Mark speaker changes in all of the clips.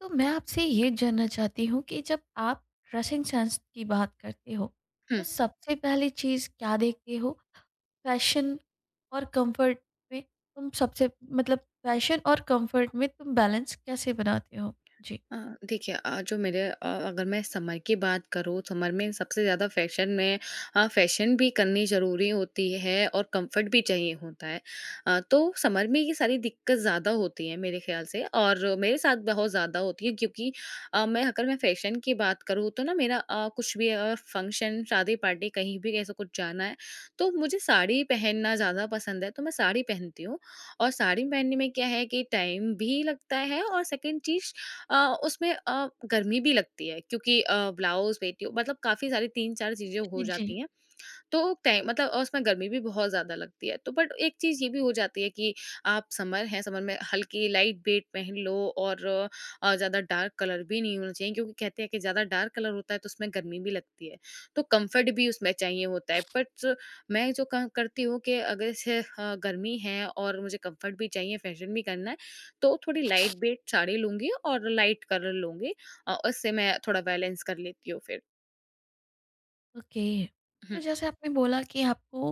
Speaker 1: तो मैं आपसे ये जानना चाहती हूँ कि जब आप ड्रेसिंग सेंस की बात करते हो, तो
Speaker 2: हुँ।
Speaker 1: सबसे पहली चीज़ क्या देखते हो? फ़ैशन और कंफर्ट में तुम सबसे मतलब फ़ैशन और कंफर्ट में तुम बैलेंस कैसे बनाते हो? जी।
Speaker 2: अ, देखिए जो अगर मैं समर की बात करूँ, समर में सबसे ज़्यादा फ़ैशन में फ़ैशन भी करनी ज़रूरी होती है और कम्फ़र्ट भी चाहिए होता है। तो समर में ये सारी दिक्कत ज़्यादा होती है मेरे ख़्याल से और मेरे साथ बहुत ज़्यादा होती है क्योंकि मैं अगर मैं फ़ैशन की बात करूँ तो ना कुछ भी फ़ंक्शन, शादी पार्टी कहीं भी ऐसा कुछ जाना है, तो मुझे साड़ी पहनना ज़्यादा पसंद है, तो मैं साड़ी पहनती हूँ। और साड़ी पहनने में क्या है कि टाइम भी लगता है और सेकंड चीज़ अ, उसमें गर्मी भी लगती है क्योंकि ब्लाउज़, पेटीकोट मतलब काफ़ी सारी 3-4 चीज़ें हो
Speaker 1: जी, जी।
Speaker 2: जाती हैं। तो टाइम मतलब और उसमें गर्मी भी बहुत ज़्यादा लगती है, तो बट एक चीज़ ये भी हो जाती है कि आप समर है, समर में हल्की लाइट वेट पहन लो और ज़्यादा डार्क कलर भी नहीं होना चाहिए क्योंकि कहते हैं कि ज़्यादा डार्क कलर होता है तो उसमें गर्मी भी लगती है। तो कम्फर्ट भी उसमें चाहिए होता है बट मैं जो क करती हूँ कि अगर जैसे गर्मी है और मुझे कम्फर्ट भी चाहिए, फैशन भी करना है, तो थोड़ी लाइट वेट साड़ी लूँगी और लाइट कलर लूँगी। उससे मैं थोड़ा बैलेंस कर लेती हूँ फिर।
Speaker 1: ओके। तो
Speaker 2: हुँ,
Speaker 1: जैसे आपने बोला कि आपको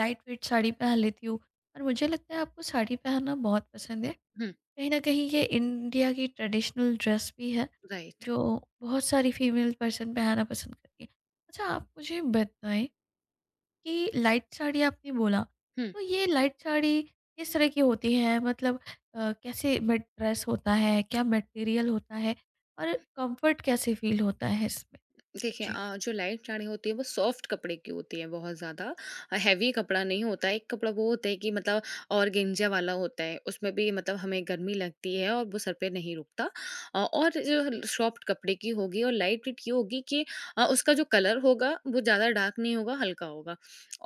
Speaker 1: लाइट वेट साड़ी पहन लेती हो और मुझे लगता है आपको साड़ी पहनना बहुत पसंद है।
Speaker 2: हुँ,
Speaker 1: कहीं न कहीं ये इंडिया की ट्रेडिशनल ड्रेस भी है,
Speaker 2: राइट।
Speaker 1: जो बहुत सारी फीमेल पर्सन पहनना पसंद करती है। अच्छा आप मुझे बताएँ कि लाइट साड़ी आपने बोला,
Speaker 2: हुँ।
Speaker 1: तो ये लाइट साड़ी किस तरह की होती है? कैसे मट ड्रेस होता है? क्या मटेरियल होता है? और कम्फर्ट कैसे फ़ील होता है इसमें?
Speaker 2: देखिए
Speaker 1: जी।
Speaker 2: जो लाइट साड़ी होती है वो सॉफ्ट कपड़े की होती है, बहुत ज़्यादा हैवी कपड़ा नहीं होता है। एक कपड़ा वो होता है कि मतलब ऑर्गेन्जा वाला होता है, उसमें भी मतलब हमें गर्मी लगती है और वो सर पे नहीं रुकता। और जो सॉफ्ट कपड़े की होगी और लाइट वेट, ये होगी कि उसका जो कलर होगा वो ज़्यादा डार्क नहीं होगा, हल्का होगा।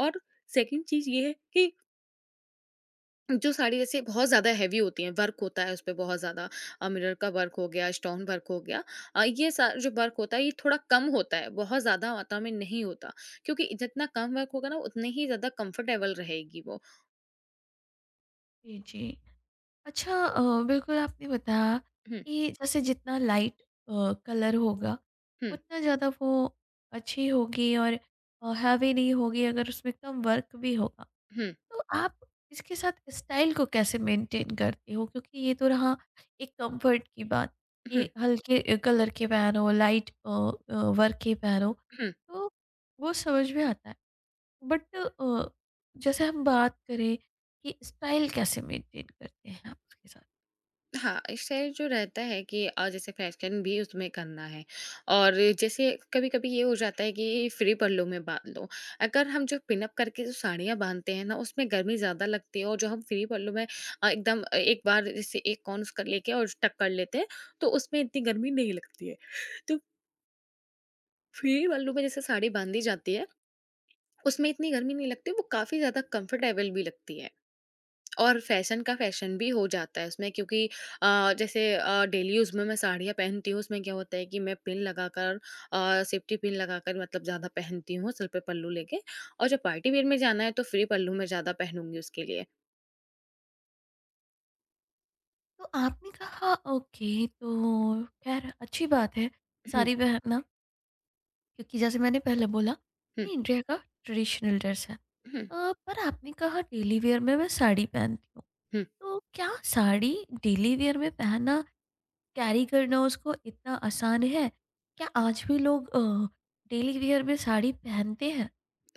Speaker 2: और सेकंड चीज़ ये है कि जो साड़ी जैसे बहुत ज़्यादा हेवी होती हैं, वर्क होता है उस पे बहुत ज़्यादा, मिरर का वर्क हो गया, स्टोन वर्क हो गया। अ, ये सा जो वर्क होता है ये थोड़ा कम होता है, बहुत ज़्यादा मात्रा में नहीं होता, क्योंकि जितना कम वर्क होगा ना उतने ही ज़्यादा कंफर्टेबल रहेगी वो।
Speaker 1: जी, जी। अच्छा, बिल्कुल आपने बताया
Speaker 2: हुँ,
Speaker 1: कि जैसे जितना लाइट कलर होगा
Speaker 2: हुँ,
Speaker 1: उतना ज़्यादा वो अच्छी होगी और हैवी नहीं होगी अगर उसमें कम वर्क भी होगा
Speaker 2: हुँ,
Speaker 1: तो आप इसके साथ स्टाइल को कैसे मेंटेन करते हो क्योंकि ये तो रहा एक कंफर्ट की बात,
Speaker 2: हुँ,
Speaker 1: ये हल्के कलर के पहनो, लाइट वर्क के पहनो,
Speaker 2: हुँ।
Speaker 1: तो वो समझ में आता है, बट जैसे हम बात करें कि स्टाइल कैसे मेंटेन करते हैं आप उसके साथ।
Speaker 2: हाँ, इससे जो रहता है कि जैसे फैशन भी उसमें करना है और जैसे कभी-कभी ये हो जाता है कि फ्री पल्लू में बाँध लो। अगर हम जो पिनअप करके जो साड़ियाँ बाँधते हैं ना, उसमें गर्मी ज़्यादा लगती है, और जो हम फ्री पल्लू में एक बार जैसे एक कोन उसका लेके और टक कर लेते हैं, तो उसमें इतनी गर्मी नहीं लगती है। तो फ्री पल्लू में जैसे साड़ी बाँधी जाती है, उसमें इतनी गर्मी नहीं लगती, वो काफ़ी ज़्यादा कंफर्टेबल भी लगती है। और फैशन का फैशन भी हो जाता है उसमें, क्योंकि जैसे डेली यूज़ में मैं साड़ियाँ पहनती हूँ, उसमें क्या होता है कि मैं पिन लगाकर और सेफ्टी पिन लगाकर मतलब ज़्यादा पहनती हूँ, सिर पे पल्लू लेके। और जब पार्टी वेयर में जाना है तो फ्री पल्लू मैं ज़्यादा पहनूंगी उसके लिए।
Speaker 1: तो आपने कहा ओके, तो खैर अच्छी बात है
Speaker 2: हम्म।
Speaker 1: सारी बहना क्योंकि जैसे मैंने पहले बोला,
Speaker 2: हम्म।
Speaker 1: ये इंडिया का ट्रेडिशनल ड्रेस है।
Speaker 2: हम्म।
Speaker 1: पर आपने कहा डेली वेयर में मैं साड़ी पहनती हूँ,
Speaker 2: हम्म।
Speaker 1: तो क्या साड़ी डेली वेयर में पहनना, कैरी करना उसको इतना आसान है? क्या आज भी लोग डेली वेयर में साड़ी पहनते हैं?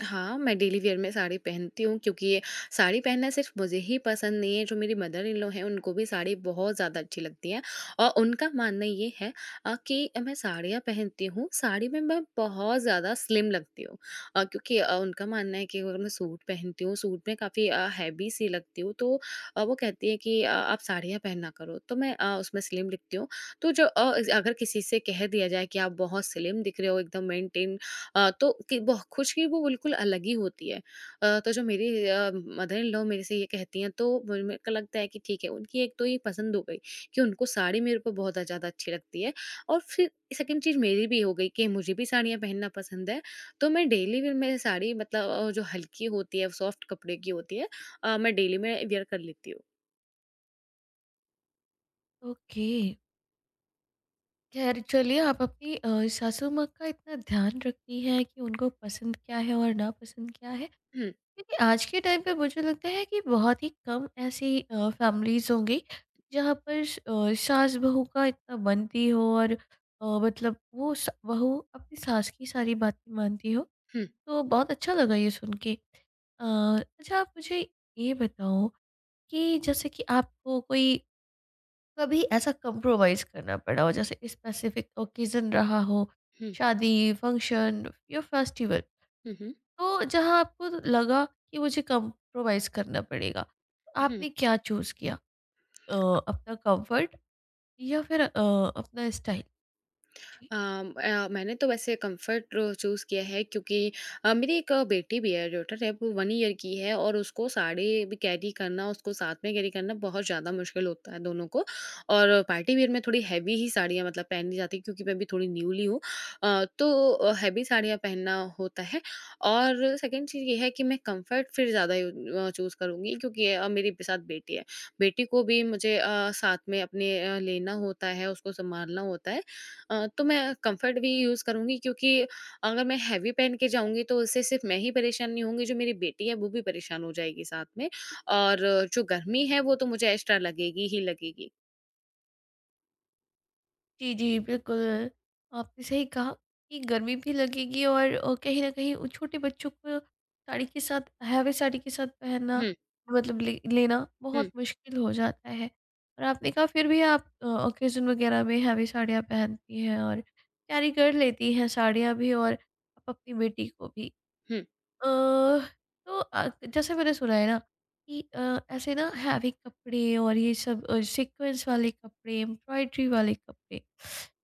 Speaker 2: हाँ, मैं डेली वियर में साड़ी पहनती हूँ क्योंकि ये साड़ी पहनना सिर्फ़ मुझे ही पसंद नहीं है, जो मेरी मदर इन लॉ हैं, उनको भी साड़ी बहुत ज़्यादा अच्छी लगती है। और उनका मानना ये है कि मैं साड़ियाँ पहनती हूँ, साड़ी में मैं बहुत ज़्यादा स्लिम लगती हूँ। क्योंकि उनका मानना है कि अगर मैं सूट पहनती हूँ, सूट में काफ़ी हैवी सी लगती हूँ, तो वो कहती हैं कि आप साड़ियाँ पहना करो, तो मैं उसमें स्लिम दिखती हूँ। तो अगर किसी से कह दिया जाए कि आप बहुत स्लिम दिख रहे हो, एकदम मेंटेन, तो कि बह खुशी वो बिल्कुल अलग ही होती है। तो जो मेरी मदर इन लॉ मेरे से ये कहती हैं तो म मेरे को लगता है कि ठीक है, उनकी एक तो ये पसंद हो गई कि उनको साड़ी मेरे ऊपर बहुत ज़्यादा अच्छी लगती है। और फिर सेकंड चीज़ मेरी भी हो गई कि मुझे भी साड़ियाँ पहनना पसंद है। तो मैं डेली वियर में साड़ी मतलब जो हल्की होती है, सॉफ्ट कपड़े की होती है, मैं डेली में वियर कर लेती हूँ।
Speaker 1: ओके, खैर चलिए आप अपनी सासू माँ का इतना ध्यान रखती हैं कि उनको पसंद क्या है और नापसंद क्या है,
Speaker 2: हुँ,
Speaker 1: क्योंकि आज के टाइम पे मुझे लगता है कि बहुत ही कम ऐसी फैमिलीज़ होंगी जहाँ पर सास बहू का इतना बनती हो और मतलब वो बहू अपनी सास की सारी बातें मानती हो।
Speaker 2: हुँ,
Speaker 1: तो बहुत अच्छा लगा ये सुन के। अ, अच्छा आप मुझे ये बताओ कि जैसे कि आपको कोई कभी ऐसा कंप्रोमाइज़ करना पड़ा हो, जैसे स्पेसिफिक ओकेज़न रहा हो,
Speaker 2: हुँ,
Speaker 1: शादी फंक्शन या फेस्टिवल,
Speaker 2: हुँ, हुँ,
Speaker 1: तो जहाँ आपको लगा कि मुझे कंप्रोमाइज़ करना पड़ेगा,
Speaker 2: हुँ।
Speaker 1: आपने क्या चूज़ किया? अ, अपना कंफर्ट या फिर अपना स्टाइल? जी।
Speaker 2: मैंने तो वैसे कंफर्ट चूज़ किया है, क्योंकि मेरी एक बेटी भी है, डॉटर है, वो 1 ईयर की है और उसको साड़ी भी कैरी करना, उसको साथ में कैरी करना बहुत ज़्यादा मुश्किल होता है दोनों को। और पार्टी वियर में थोड़ी हैवी ही साड़ियाँ मतलब पहननी जाती है, क्योंकि मैं भी थोड़ी न्यूली हूँ। तो हैवी साड़ियाँ पहनना होता है, और सेकंड चीज़ ये है कि मैं कंफर्ट फिर ज़्यादा चूज़ करूँगी क्योंकि मेरे साथ बेटी है। बेटी को भी मुझे साथ में अपने लेना होता है, उसको सँभालना होता है। तो मैं कंफर्ट भी यूज़ करूँगी, क्योंकि अगर मैं हैवी पहन के जाऊँगी तो उससे सिर्फ मैं ही परेशान नहीं होंगी, जो मेरी बेटी है वो भी परेशान हो जाएगी साथ में। और जो गर्मी है वो तो मुझे एक्स्ट्रा लगेगी ही लगेगी।
Speaker 1: जी, जी, बिल्कुल, आपने सही कहा कि गर्मी भी लगेगी और कहीं न कहीं उन छोटे बच्चों को साड़ी के साथ, हैवी साड़ी के साथ पहनना
Speaker 2: हुँ,
Speaker 1: मतलब ले लेना
Speaker 2: हुँ,
Speaker 1: बहुत मुश्किल हो जाता है। और आपने कहा फिर भी आप ऑकेज़न वगैरह में हैवी साड़ियाँ पहनती हैं और कैरी कर लेती हैं साड़ियाँ भी और आप अपनी बेटी को भी।
Speaker 2: हुँ,
Speaker 1: अ, तो जैसे मैंने सुना है ना कि ऐसे ना हैवी कपड़े और ये सब सीक्वेंस वाले कपड़े, एम्ब्रॉयडरी वाले कपड़े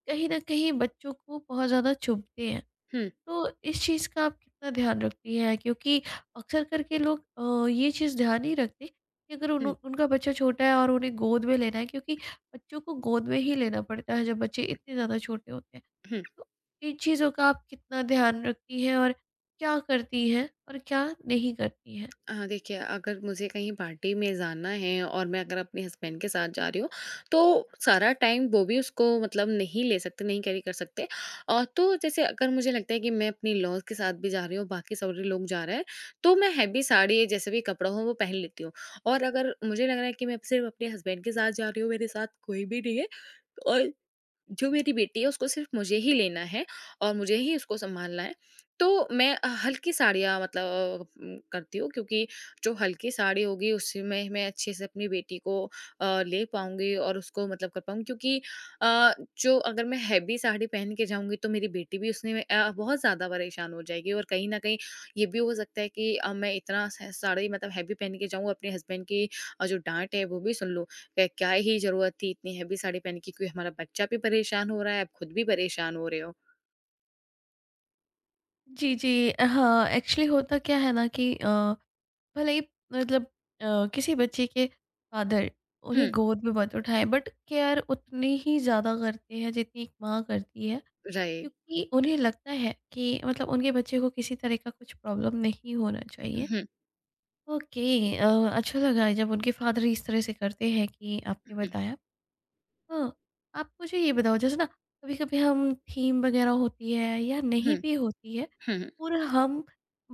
Speaker 1: कहीं ना कहीं बच्चों को बहुत ज़्यादा चुभते हैं,
Speaker 2: हुँ,
Speaker 1: तो इस चीज़ का आप कितना ध्यान रखती हैं क्योंकि अक्सर करके लोग ये चीज़ ध्यान नहीं रखते कि अगर उन
Speaker 2: हुँ,
Speaker 1: उनका बच्चा छोटा है और उन्हें गोद में लेना है, क्योंकि बच्चों को गोद में ही लेना पड़ता है जब बच्चे इतने ज़्यादा छोटे होते हैं।
Speaker 2: हुँ।
Speaker 1: तो इन चीज़ों का आप कितना ध्यान रखती हैं और क्या करती हैं और क्या नहीं करती हैं?
Speaker 2: हाँ, देखिए अगर मुझे कहीं पार्टी में जाना है और मैं अगर अपने हस्बैंड के साथ जा रही हूँ, तो सारा टाइम वो भी उसको मतलब नहीं ले सकते, नहीं कैरी कर सकते। तो जैसे अगर मुझे लगता है कि मैं अपनी लॉज़ के साथ भी जा रही हूँ, बाकी सारे लोग जा रहे हैं, तो मैं हैवी साड़ी जैसे भी कपड़ा हो वो पहन लेती हूँ। और अगर मुझे लग रहा है कि मैं सिर्फ़ अपने हस्बैंड के साथ जा रही हूँ, मेरे साथ कोई भी नहीं है, और जो मेरी बेटी है उसको सिर्फ़ मुझे ही लेना है और मुझे ही उसको सँभालना है। तो मैं हल्की साड़ियाँ मतलब करती हूँ, क्योंकि जो हल्की साड़ी होगी उसमें मैं अच्छे से अपनी बेटी को ले पाऊँगी और उसको मतलब कर पाऊँगी, क्योंकि अ, जो अगर मैं हैवी साड़ी पहन के जाऊँगी तो मेरी बेटी भी उसने में बहुत ज़्यादा परेशान हो जाएगी, और कहीं न कहीं ये भी हो सकता है कि मैं इतना स साड़ी मतलब हैवी पहन के जाऊँ, अपने हस्बैंड की जो डाँट है वो भी सुन लूँ। क क्या ही ज़रूरत थी इतनी हेवी साड़ी पहनने की, क्योंकि हमारा बच्चा भी परेशान हो रहा है, आप खुद भी परेशान हो रहे हो।
Speaker 1: जी, जी। हाँ, एक्चुअली होता क्या है ना कि भले ही मतलब किसी बच्चे के फादर उन्हें
Speaker 2: हुँ,
Speaker 1: गोद में मत उठाएँ, बट केयर उतनी ही ज़्यादा करते हैं जितनी एक माँ करती है।
Speaker 2: राइट।
Speaker 1: क्योंकि उन्हें लगता है कि मतलब उनके बच्चे को किसी तरह का कुछ प्रॉब्लम नहीं होना चाहिए।
Speaker 2: हुँ,
Speaker 1: ओके, अच्छा लगा जब उनके फादर इस तरह से करते हैं कि आपने
Speaker 2: हुँ,
Speaker 1: बताया। हाँ, आप मुझे ये बताओ, जैसे ना कभी-कभी हम थीम वगैरह होती है या नहीं
Speaker 2: हुँ,
Speaker 1: भी होती है,
Speaker 2: हुँ,
Speaker 1: और हम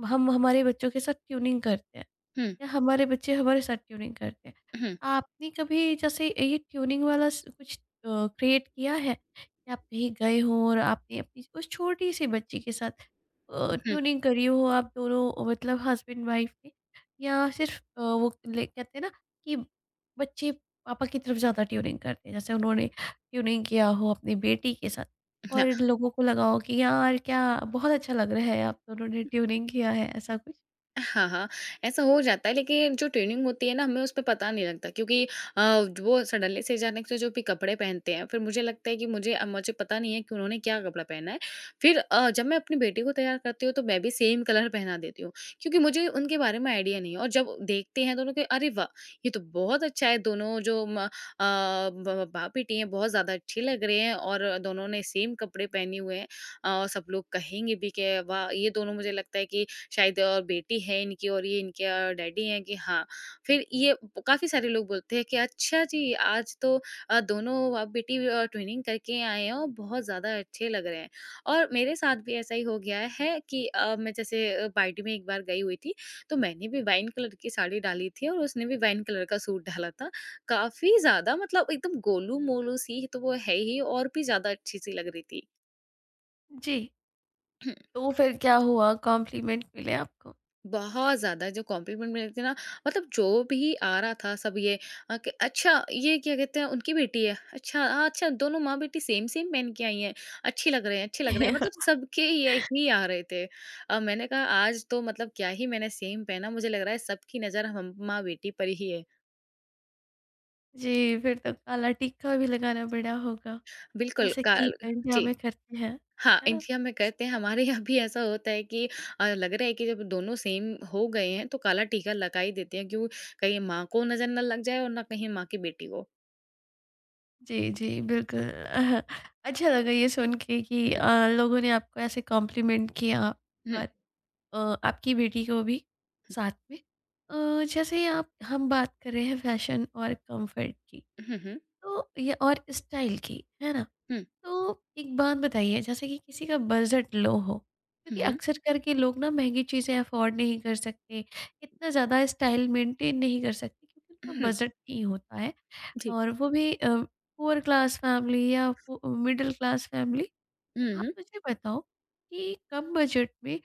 Speaker 1: हम हमारे बच्चों के साथ ट्यूनिंग करते हैं।
Speaker 2: हुँ,
Speaker 1: या हमारे बच्चे हमारे साथ ट्यूनिंग करते हैं।
Speaker 2: हुँ,
Speaker 1: आपने कभी जैसे ये ट्यूनिंग वाला स कुछ अ, क्रिएट किया है कि आप कहीं गए हों और आपने अपनी उस छोटी-सी बच्ची के साथ
Speaker 2: हुँ, हुँ।
Speaker 1: ट्यूनिंग करी हो, आप दोनों मतलब हस्बैंड वाइफ ने, या सिर्फ़ वो ले कहते हैं ना कि बच्चे पापा की तरफ ज़्यादा ट्यूनिंग करते हैं। जैसे उन्होंने ट्यूनिंग किया हो अपनी बेटी के साथ और लोगों को लगा हो कि यार क्या बहुत अच्छा लग रहा है, आप दोनों ने ट्यूनिंग किया है, ऐसा कुछ?
Speaker 2: हाँ, ऐसा हो जाता है, लेकिन जो ट्रेनिंग होती है ना हमें उसपे पता नहीं लगता, क्योंकि अ, वो सडनली से अचानक से जो भी कपड़े पहनते हैं, फिर मुझे लगता है कि मुझे पता नहीं है कि उन्होंने क्या कपड़ा पहना है। फिर जब मैं अपनी बेटी को तैयार करती हूँ तो मैं भी सेम कलर पहना देती हूँ, क्योंकि मुझे उनके बारे में आइडिया नहीं है। और जब देखते हैं दोनों के, अरे वाह! ये तो बहुत अच्छा है, दोनों जो म अ, ब बाप-बेटी हैं बहुत ज़्यादा अच्छे लग रहे हैं और दोनों ने सेम कपड़े पहने हुए हैं। सब लोग कहेंगे भी कि वाह! ये दोनों, मुझे लगता है कि शायद बेटी है इनकी और ये इनके डैडी हैं, कि हाँ, फिर ये काफ़ी सारे लोग बोलते हैं कि अच्छा जी, आज तो दोनों आप बेटी ट्विनिंग करके आए हैं और बहुत ज़्यादा अच्छे लग रहे हैं। और मेरे साथ भी ऐसा ही हो गया है कि मैं जैसे पार्टी में एक बार गई हुई थी, तो मैंने भी वाइन कलर की साड़ी डाली थी और उसने भी वाइन कलर का सूट डाला था। काफ़ी ज़्यादा मतलब एकदम गोलू-मोलू सी तो वो है ही, और भी ज़्यादा अच्छी-सी लग रही थी।
Speaker 1: जी। तो फिर क्या हुआ, कॉम्प्लीमेंट मिले आपको?
Speaker 2: बहुत ज़्यादा जो कॉम्प्लीमेंट मिले थे ना, मतलब जो भी आ रहा था सब ये कि अच्छा, ये क्या कहते हैं, उनकी बेटी है, अच्छा हाँ अच्छा, दोनों माँ बेटी सेम सेम पहन के आई हैं, अच्छी लग रहे हैं, अच्छे लग रहे हैं, मतलब सबके यही आ रहे थे। अब मैंने कहा आज तो मतलब क्या ही, मैंने सेम पहना, मुझे लग रहा है सबकी नज़र हम माँ बेटी पर ही है।
Speaker 1: जी, फिर तो काला टीका भी लगाना पड़ा होगा,
Speaker 2: बिल्कुल
Speaker 1: जैसे कि
Speaker 2: काल
Speaker 1: इंडिया
Speaker 2: जी,
Speaker 1: में करते हैं,
Speaker 2: हाँ,
Speaker 1: है ना?
Speaker 2: इंडिया में करते हैं, हमारे यहाँ भी ऐसा होता है कि लग रहा है कि जब दोनों सेम हो गए हैं, तो काला टीका लगा ही देते हैं, क्यों, कहीं माँ को नज़र ना लग जाए और ना कहीं माँ की बेटी को।
Speaker 1: जी, जी, बिल्कुल। अच्छा लगा ये सुन के कि लोगों ने आपको ऐसे कॉम्प्लीमेंट किया
Speaker 2: हुँ,
Speaker 1: और
Speaker 2: हुँ,
Speaker 1: अ, आपकी बेटी को भी साथ में। जैसे ही आप हम बात कर रहे हैं फैशन और कंफर्ट की,
Speaker 2: हुँ, हुँ, हुँ,
Speaker 1: तो ये और स्टाइल की, है ना?
Speaker 2: हुँ,
Speaker 1: तो एक बात बताइए, जैसे कि किसी का बजट लो हो क्योंकि
Speaker 2: हुँ,
Speaker 1: अक्सर करके लोग ना महंगी चीज़ें अफोर्ड नहीं कर सकते, इतना ज़्यादा स्टाइल मेंटेन नहीं कर सकते क्योंकि
Speaker 2: हुँ,
Speaker 1: उनका
Speaker 2: हुँ,
Speaker 1: बजट नहीं होता है,
Speaker 2: जी।
Speaker 1: और वो भी पुअर क्लास फैमिली या मिडिल क्लास फैमिली।
Speaker 2: हुँ,
Speaker 1: आप
Speaker 2: हुँ।
Speaker 1: मुझे बताओ कि कम बजट में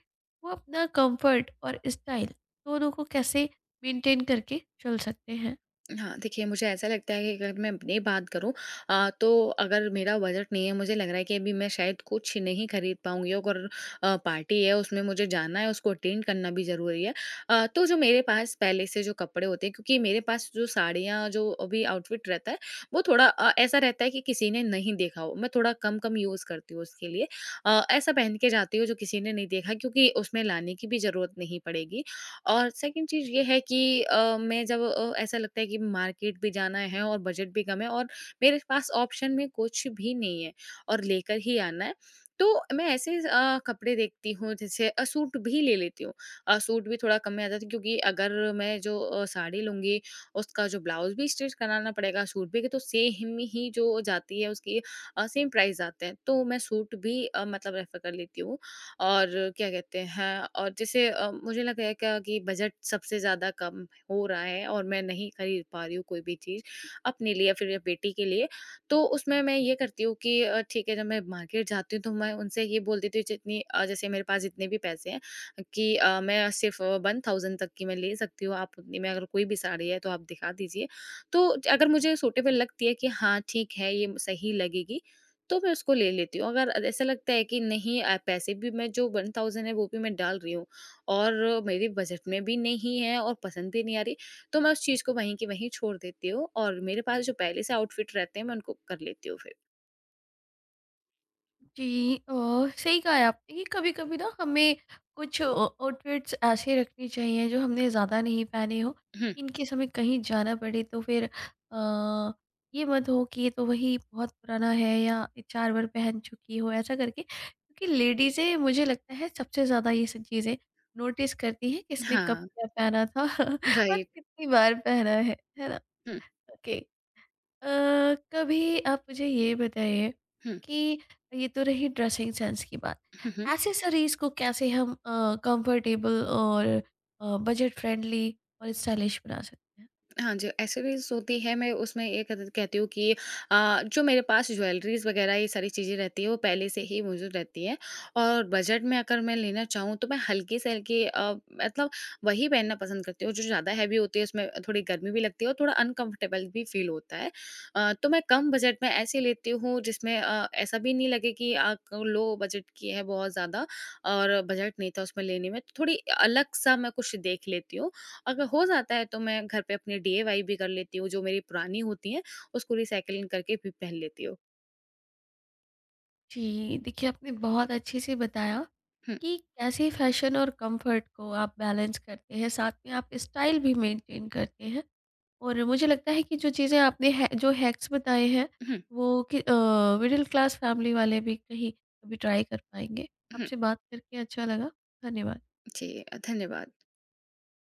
Speaker 1: वो अपना कंफर्ट और स्टाइल दोनों को कैसे मेंटेन करके चल सकते हैं?
Speaker 2: हाँ, देखिए मुझे ऐसा लगता है कि अगर मैं अपनी बात करूँ, तो अगर मेरा बजट नहीं है, मुझे लग रहा है कि अभी मैं शायद कुछ नहीं खरीद पाऊँगी, अगर पार्टी है उसमें मुझे जाना है, उसको अटेंड करना भी ज़रूरी है। तो जो मेरे पास पहले से जो कपड़े होते हैं, क्योंकि मेरे पास जो साड़ियाँ जो अभी आउटफिट रहता है, वो थोड़ा ऐसा रहता है कि किसी ने नहीं देखा हो, मैं थोड़ा कम कम यूज़ करती हूँ उसके लिए। ऐसा पहन के जाती हूँ जो किसी ने नहीं देखा, क्योंकि उसमें लाने की भी ज़रूरत नहीं पड़ेगी। और सेकंड चीज़ ये है कि मैं जब ऐसा लगता है कि मार्केट भी जाना है और बजट भी कम है और मेरे पास ऑप्शन में कुछ भी नहीं है और लेकर ही आना है, तो मैं ऐसे कपड़े देखती हूँ, जैसे सूट भी ले लेती हूँ। सूट भी थोड़ा कम में आ जाता है, क्योंकि अगर मैं जो साड़ी लूँगी, उसका जो ब्लाउज़ भी स्टिच कराना पड़ेगा, सूट भी तो सेम ही जो जाती है उसकी, सेम प्राइस आते हैं, तो मैं सूट भी मतलब रेफ़र कर लेती हूँ। और क्या कहते हैं, और जैसे मुझे लग रहा है क्या कि बजट सबसे ज़्यादा कम हो रहा है और मैं नहीं खरीद पा रही हूँ कोई भी चीज़ अपने लिए या फिर बेटी के लिए। तो उसमें मैं ये करती हूँ कि ठीक है, जब मैं मार्केट जाती हूँ तो मैं उनसे ये बोल देती हूँ, जितनी जैसे मेरे पास जितने भी पैसे हैं कि मैं सिर्फ 1000 तक की मैं ले सकती हूँ, आप उतनी में अगर कोई भी साड़ी है तो आप दिखा दीजिए। तो अगर मुझे सूटेबल लगती है कि हाँ ठीक है, ये सही लगेगी, तो मैं उसको ले लेती हूँ। अगर ऐसा लगता है कि नहीं, पैसे भी मैं जो 1000 है वो भी मैं डाल रही हूँ और मेरे बजट में भी नहीं है और पसंद भी नहीं आ रही, तो मैं उस चीज़ को वहीं की वहीं छोड़ देती हूँ और मेरे पास जो पहले से आउटफिट रहते हैं मैं उनको कर लेती हूँ फिर।
Speaker 1: जी, सही कहा है आपने कि कभी कभी ना हमें कुछ आउटफिट्स ऐसे रखने चाहिए जो हमने ज़्यादा नहीं पहने हो,
Speaker 2: हुँ।
Speaker 1: इनकेस हमें कहीं जाना पड़े, तो फिर ये मत हो कि ये तो वही बहुत पुराना है या ये चार बार पहन चुकी हो ऐसा करके, क्योंकि लेडीज़ें मुझे लगता है सबसे ज़्यादा ये सब चीज़ें नोटिस करती हैं किसने कब
Speaker 2: हाँ,
Speaker 1: क्या पहना था। और
Speaker 2: राइट।
Speaker 1: कितनी बार पहना है ना?
Speaker 2: हुँ,
Speaker 1: ओके, अ, कभी आप मुझे ये बताइए
Speaker 2: हुँ।
Speaker 1: कि ये तो रही ड्रेसिंग सेंस की बात। एक्सेसरीज़ को कैसे हम कंफर्टेबल और बजट फ्रेंडली और स्टाइलिश बना सकते हैं?
Speaker 2: हाँ जी, ऐसे रील्स होती है, मैं उसमें ये कह कहती हूँ कि जो मेरे पास ज्वेलरीज़ वगैरह ये सारी चीज़ें रहती है, वो पहले से ही मौजूद रहती है। और बजट में अगर मैं लेना चाहूँ तो मैं हल्की से हल्की, मतलब वही पहनना पसंद करती हूँ, जो ज़्यादा हैवी होती है उसमें थोड़ी गर्मी भी लगती है और थोड़ा अनकम्फर्टेबल भी फ़ील होता है। तो मैं कम बजट में ऐसी लेती हूँ जिसमें ऐसा भी नहीं लगे कि लो बजट की है। बहुत ज़्यादा और बजट नहीं था उसमें लेने में, तो थोड़ी अलग-सा मैं कुछ देख लेती हूँ। अगर हो जाता है तो मैं घर पे अपनी डीआईवाई भी कर लेती हूँ, जो मेरी पुरानी होती हैं, उसको रिसाइक्लिंग करके भी पहन लेती हूँ।
Speaker 1: जी, देखिए आपने बहुत अच्छे से बताया
Speaker 2: हुँ,
Speaker 1: कि कैसे फैशन और कंफर्ट को आप बैलेंस करते हैं, साथ में आप स्टाइल भी मेंटेन करते हैं। और मुझे लगता है कि जो चीज़ें आपने है जो हैक्स बताए हैं,
Speaker 2: हुँ,
Speaker 1: वो कि मिडिल क्लास फैमिली वाले भी कहीं कभी ट्राई कर पाएँगे।
Speaker 2: हुँ।
Speaker 1: आपसे बात करके अच्छा लगा। धन्यवाद।
Speaker 2: जी, धन्यवाद।